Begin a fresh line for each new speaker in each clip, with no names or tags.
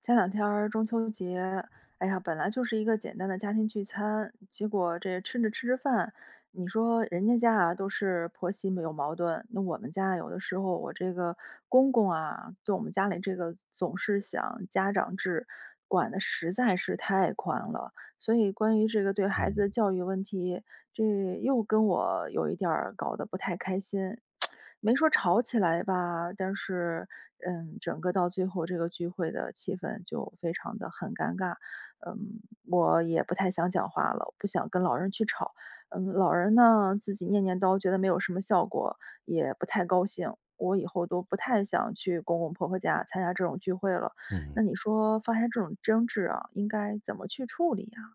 前两天儿中秋节，哎呀，本来就是一个简单的家庭聚餐，结果这吃着吃着饭，你说人家家啊都是婆媳没有矛盾，那我们家有的时候我这个公公啊，对我们家里这个总是想家长制，管的实在是太宽了，所以关于这个对孩子
嗯
的教育问题，这又跟我有一点儿搞得不太开心。没说吵起来吧，但是，整个到最后这个聚会的气氛就非常的很尴尬。嗯，我也不太想讲话了，不想跟老人去吵。嗯，老人呢，自己念念叨，觉得没有什么效果，也不太高兴。我以后都不太想去公公婆婆家参加这种聚会了。
嗯，
那你说发生这种争执啊，应该怎么去处理啊？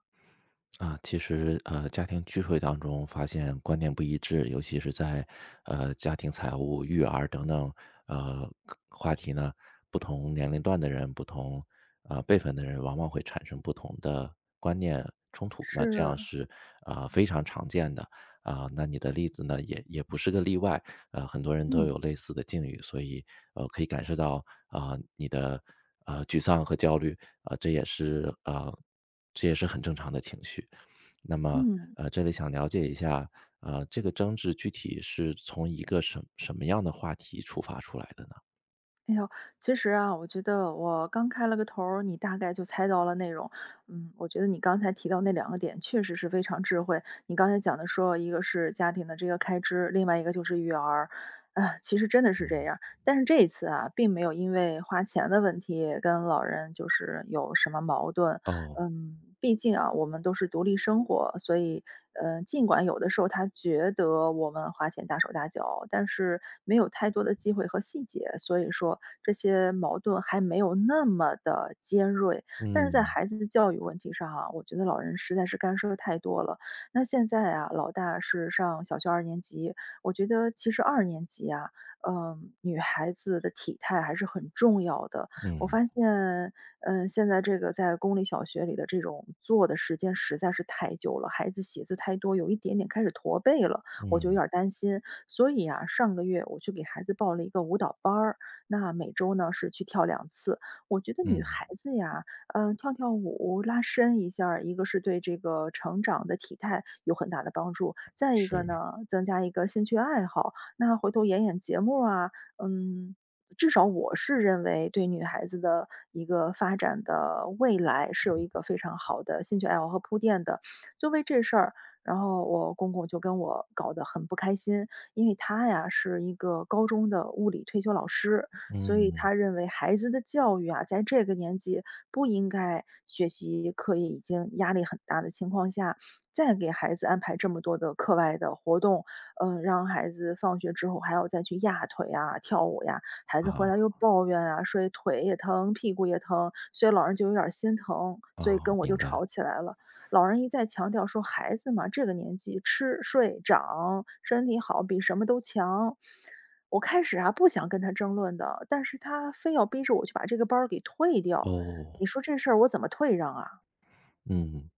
其实家庭聚会当中发现观念不一致，尤其是在家庭财务、育儿等等呃话题呢，不同年龄段的人、不同辈分的人，往往会产生不同的观念冲突。那这
是，
样是非常常见的。那你的例子呢，也不是个例外，呃，很多人都
嗯，
有类似的境遇，所以可以感受到你的沮丧和焦虑，啊、这也是啊、这也是很正常的情绪。那么，
嗯。
这里想了解一下，这个争执具体是从一个什么样的话题出发出来的呢？
哎呦，其实啊，我觉得我刚开了个头儿，你大概就猜到了内容。嗯，我觉得你刚才提到那两个点确实是非常智慧。你刚才讲的说，一个是家庭的这个开支，另外一个就是育儿。啊，其实真的是这
嗯。
样。但是这一次啊，并没有因为花钱的问题跟老人就是有什么矛盾，
哦。
毕竟啊，我们都是独立生活，所以，尽管有的时候他觉得我们花钱大手大脚，但是没有太多的机会和细节，所以说这些矛盾还没有那么的尖锐。但是在
嗯
孩子的教育问题上啊，我觉得老人实在是干涉太多了。那现在啊，老大是上小学二年级，我觉得其实二年级啊，嗯、女孩子的体态还是很重要的。我
嗯
发现嗯，现在这个在公立小学里的这种坐的时间实在是太久了，孩子写字太多，有一点点开始驼背了，我就有
嗯
点儿担心。所以啊，上个月我去给孩子报了一个舞蹈班儿，那每周呢是去跳两次。我觉得女
嗯。
孩子呀，嗯、跳跳舞、拉伸一下儿一个是对这个成长的体态有很大的帮助，再一个
是。
呢，增加一个兴趣爱好。那回头演演节目啊，嗯，至少我是认为对女孩子的一个发展的未来是有一个非常好的兴趣爱好和铺垫的。就为这事儿，然后我公公就跟我搞得很不开心，因为他呀是一个高中的物理退休老师，所以
嗯。
他认为孩子的教育啊，在这个年纪不应该学习课业已经压力很大的情况下，再给孩子安排这么多的课外的活动，嗯、让孩子放学之后还要再去压腿啊、跳舞呀、孩子
啊
回来又抱怨啊，所以腿也疼，屁股也疼，所以老人就有点儿心疼，
啊，
所以跟我就
明白。
吵起来了。老人一再强调说，孩子嘛，这个年纪吃睡长，身体好比什么都强。我开始啊不想跟他争论的，但是他非要逼着我去把这个班儿给退掉，你
哦。
说这事儿我怎么退让啊？
嗯，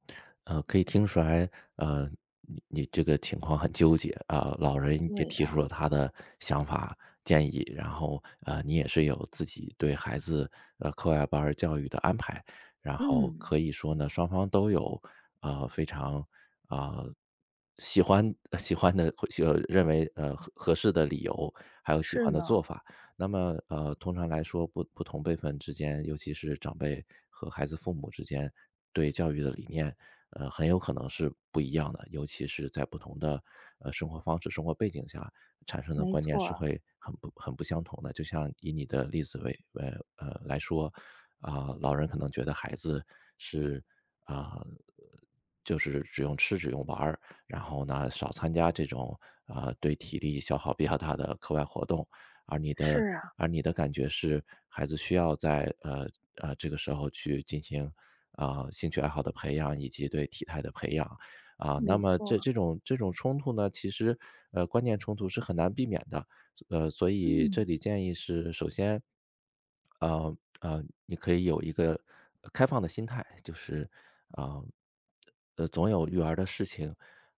可以听出来，呃，你这个情况很纠结啊，老人也
对
提出
呀，
了他的想法建议，然后你也是有自己对孩子课外班儿教育的安排，然后
嗯，
可以说呢，双方都有非常呃喜欢 喜欢的认为合适的理由，还有喜
是
欢的
呢，
做法。那么，通常来说，不同辈分之间，尤其是长辈和孩子父母之间，对教育的理念，很有可能是不一样的，尤其是在不同的生活方式、生活背景下产生的
没
观念
错
是
儿，
会很不相同的。就像以你的例子为来说，老人可能觉得孩子是啊、呃就是只用吃只用玩儿，然后呢少参加这种对体力消耗比较大的课外活动，而你的
是啊，
而你的感觉是孩子需要在这个时候去进行兴趣爱好的培养以及对体态的培养。那
没
么
错
这
儿，
这种这种冲突呢，其实观念冲突是很难避免的。呃，所以这
嗯
里建议是，首先，呃你可以有一个开放的心态，就是啊、呃，总有育儿的事情，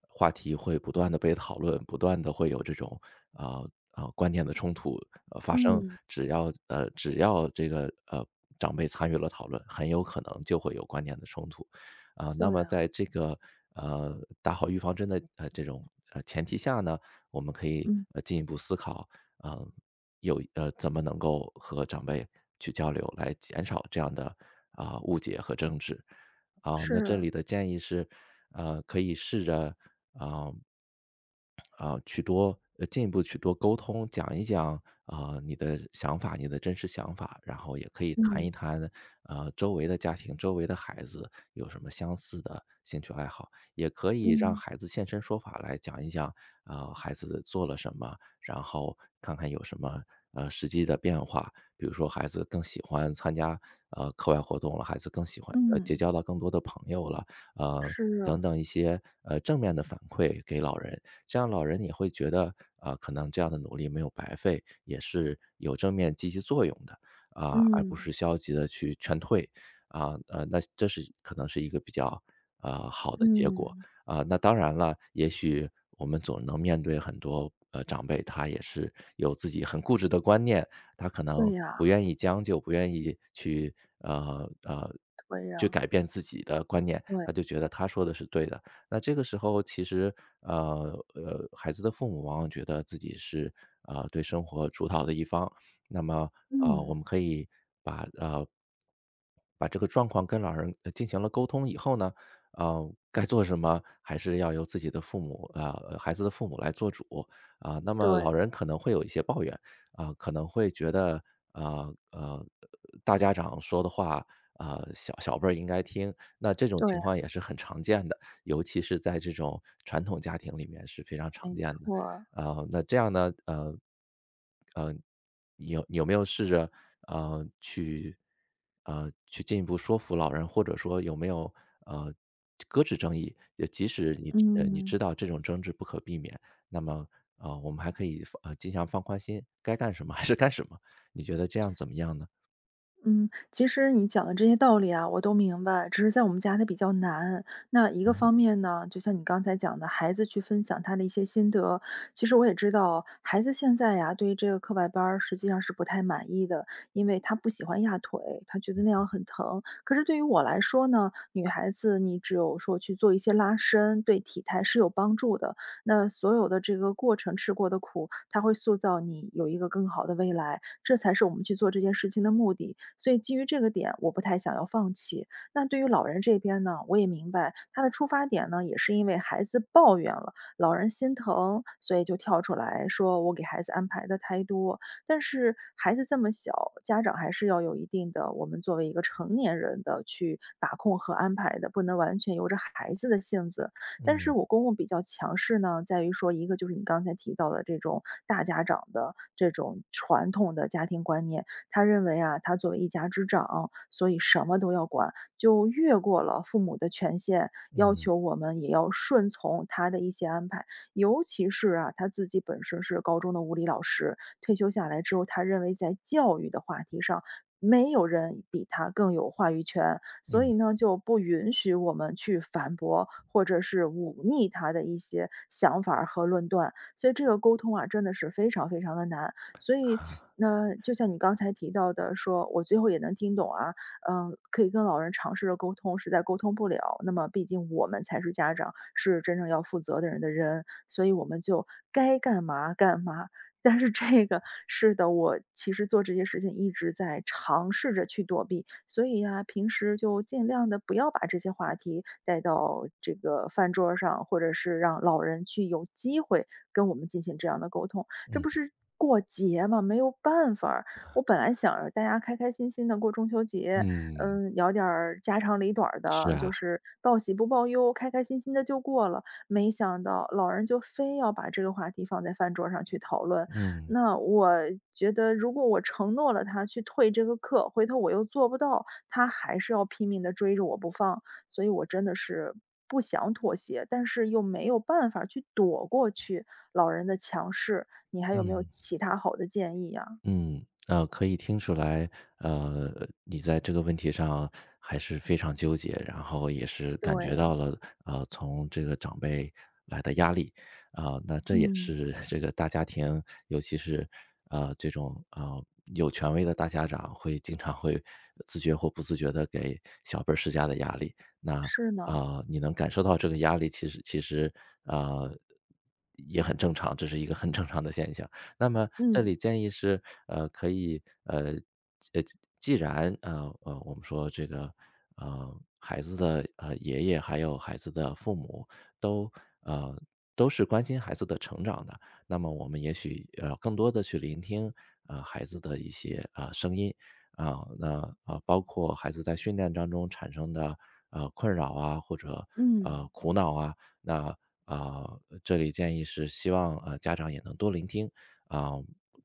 话题会不断的被讨论，不断的会有这种啊观念的冲突发生。
嗯，
只要这个长辈参与了讨论，很有可能就会有观念的冲突。那
对
么
啊，
在这个打好预防针的这种前提下呢，我们可以
嗯，
进一步思考，嗯，有怎么能够和长辈去交流，来减少这样的误解和争执。那这
是，
里的建议是，呃，可以试着啊、去多进一步去多沟通，讲一讲你的想法，你的真实想法，然后也可以谈一
嗯
谈周围的家庭、周围的孩子有什么相似的兴趣爱好，也可以让
嗯。
孩子现身说法来讲一讲孩子做了什么，然后看看有什么实际的变化，比如说孩子更喜欢参加课外活动了，孩子更喜欢结
嗯，
交到更多的朋友了，呃等
是，
等一些正面的反馈给老人，这样老人也会觉得，啊，可能这样的努力没有白费，也是有正面积极作用的，啊，而不
嗯，
是消极的去劝退。啊，呃，那这是可能是一个比较呃，好的结果。
嗯，
啊，那当然了，也许我们总能面对很多，呃，长辈，他也是有自己很固执的观念，他可
对
能
呀，
不愿意将就，不愿意去，呃，呃，
对
去
呀，
改变自己的观念，
对，
他就觉得他说的是对的。那这个时候其实，孩子的父母往往觉得自己是，呃，对生活主导的一方。那么，呃，我
嗯，
们可以把呃，把这个状况跟老人进行了沟通以后呢，该做什么还是要由自己的父母孩子的父母来做主。啊，那么
对，
老人可能会有一些抱怨，啊，可能会觉得，呃呃，大家长说的话，啊，小辈儿应该听，那这种
对
情
呀
况也是很常见的。尤其是在这种传统家庭里面是非常常
没
见的。
错儿
啊，那这样呢，呃，你有没有试着，去去进一步说服老人，或者说有没有，呃，搁置争议，也即使你知
嗯。
道这种争执不可避免。那么，呃，我们还可以尽量放宽心，该干什么还是干什么，你觉得这样怎么样呢？
嗯，其实你讲的这些道理啊，我都明白，只是在我们家它比较难。那一个方
嗯
面呢，就像你刚才讲的，孩子去分享他的一些心得，其实我也知道，孩子现在呀，对于这个课外班儿实际上是不太满意的，因为他不喜欢压腿，他觉得那样很疼。可是对于我来说呢，女孩子你只有说去做一些拉伸，对体态是有帮助的。那所有的这个过程吃过的苦，它会塑造你有一个更好的未来，这才是我们去做这件事情的目的。所以基于这个点，我不太想要放弃。那对于老人这边呢，我也明白他的出发点呢，也是因为孩子抱怨了，老人心疼，所以就跳出来说我给孩子安排的太多。但是孩子这么小，家长还是要有一定的，我们作为一个成年人的去把控和安排的，不能完全由着孩子的性子但是
嗯
我公公比较强势呢，在于说一个就是你刚才提到的这种大家长的这种传统的家庭观念，他认为啊，他作为一家之长，所以什么都要管，就越过了父母的权限，要
嗯
求我们也要顺从他的一些安排。尤其是啊，他自己本身是高中的物理老师，退休下来之后，他认为在教育的话题上，没有人比他更有话语权，所以
嗯
呢，就不允许我们去反驳或者是忤逆他的一些想法儿和论断。所以这个沟通啊，真的是非常非常的难。所以，那就像你刚才提到的说，我最后也能听懂啊，嗯，可以跟老人尝试着沟通，实在沟通不了，那么毕竟我们才是家长，是真正要负责的人的人，所以我们就该干嘛干嘛，但是这个是的，我其实做这些事情一直在尝试着去躲避，所以呀，平时就尽量的不要把这些话题带到这个饭桌儿上，或者是让老人去有机会跟我们进行这样的沟通。这
嗯
不是过节嘛，没有办法儿，我本来想着大家开开心心的过中秋节，
嗯。
嗯，聊点儿家长里短儿
是
的，就
啊。
是报喜不报忧，开开心心的就过了。没想到老人就非要把这个话题放在饭桌上去讨论。
嗯
那我觉得如果我承诺了他去退这个课，回头我又做不到，他还是要拼命的追着我不放，所以我真的是不想妥协，但是又没有办法去躲过去老人的强势。你还有没有
嗯。
其他好的建议呀？
嗯，呃，可以听出来，呃，你在这个问题上还是非常纠结，然后也是感觉
对，
到了，呃，从这个长辈来的压力。那这也
嗯，
是 这个大家庭，尤其是这种有权威的大家长，会经常会自觉或不自觉的给小辈儿施加的压力。那
是呢，
呃，你能感受到这个压力，其实呃也很正常，这是一个很正常的现象。那么这
嗯，
里建议是，可以，呃，既然，我们说这个，呃，孩子的，呃，爷爷还有孩子的父母都，呃，都是关心孩子的成长的，那么我们也许，呃，更多的去聆听，呃，孩子的一些，呃，声音。啊，那，呃，包括孩子在训练当中产生的，呃，困扰啊，或者，呃，
嗯，
苦恼啊，那，呃，这里建议是希望，呃，家长也能多聆听，啊、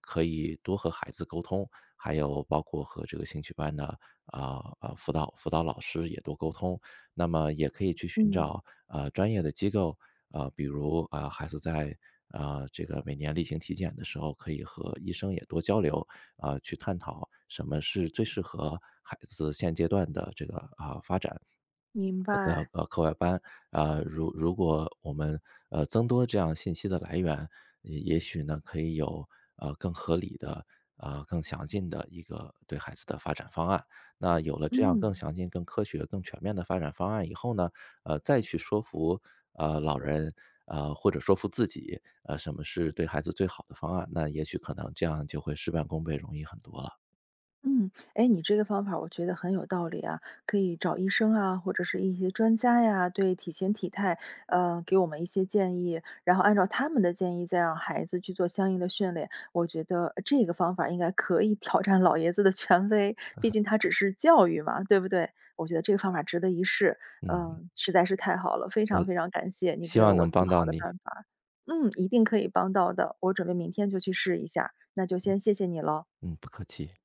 可以多和孩子沟通，还有包括和这个兴趣班的啊呃辅导老师也多沟通。那么也可以去寻
嗯，
找专业的机构，呃，比如呃孩子在这个每年例行体检的时候，可以和医生也多交流，去探讨什么是最适合孩子现阶段的这个发展
明
的
白，
课外班。如果我们增多这样信息的来源，也许呢可以有更合理的、更详尽的一个对孩子的发展方案。那有了这样更
嗯。
详尽、更科学、更全面的发展方案以后呢，呃，再去说服老人，或者说服自己，什么是对孩子最好的方案，那也许可能这样就会事半功倍，容易很多了。
嗯，哎，你这个方法我觉得很有道理啊，可以找医生啊，或者是一些专家呀，对体型体态，给我们一些建议，然后按照他们的建议再让孩子去做相应的训练。我觉得这个方法应该可以挑战老爷子的权威，毕竟他只是教育嘛，对不对？我觉得这个方法值得一试，
嗯，
嗯，实在是太好了，非
那
常非常感谢你
希
给
望
了我
能
这么
帮到
好的
你。
办法，嗯，一定可以帮到的，我准备明天就去试一下，那就先谢谢你了。
嗯，不客气。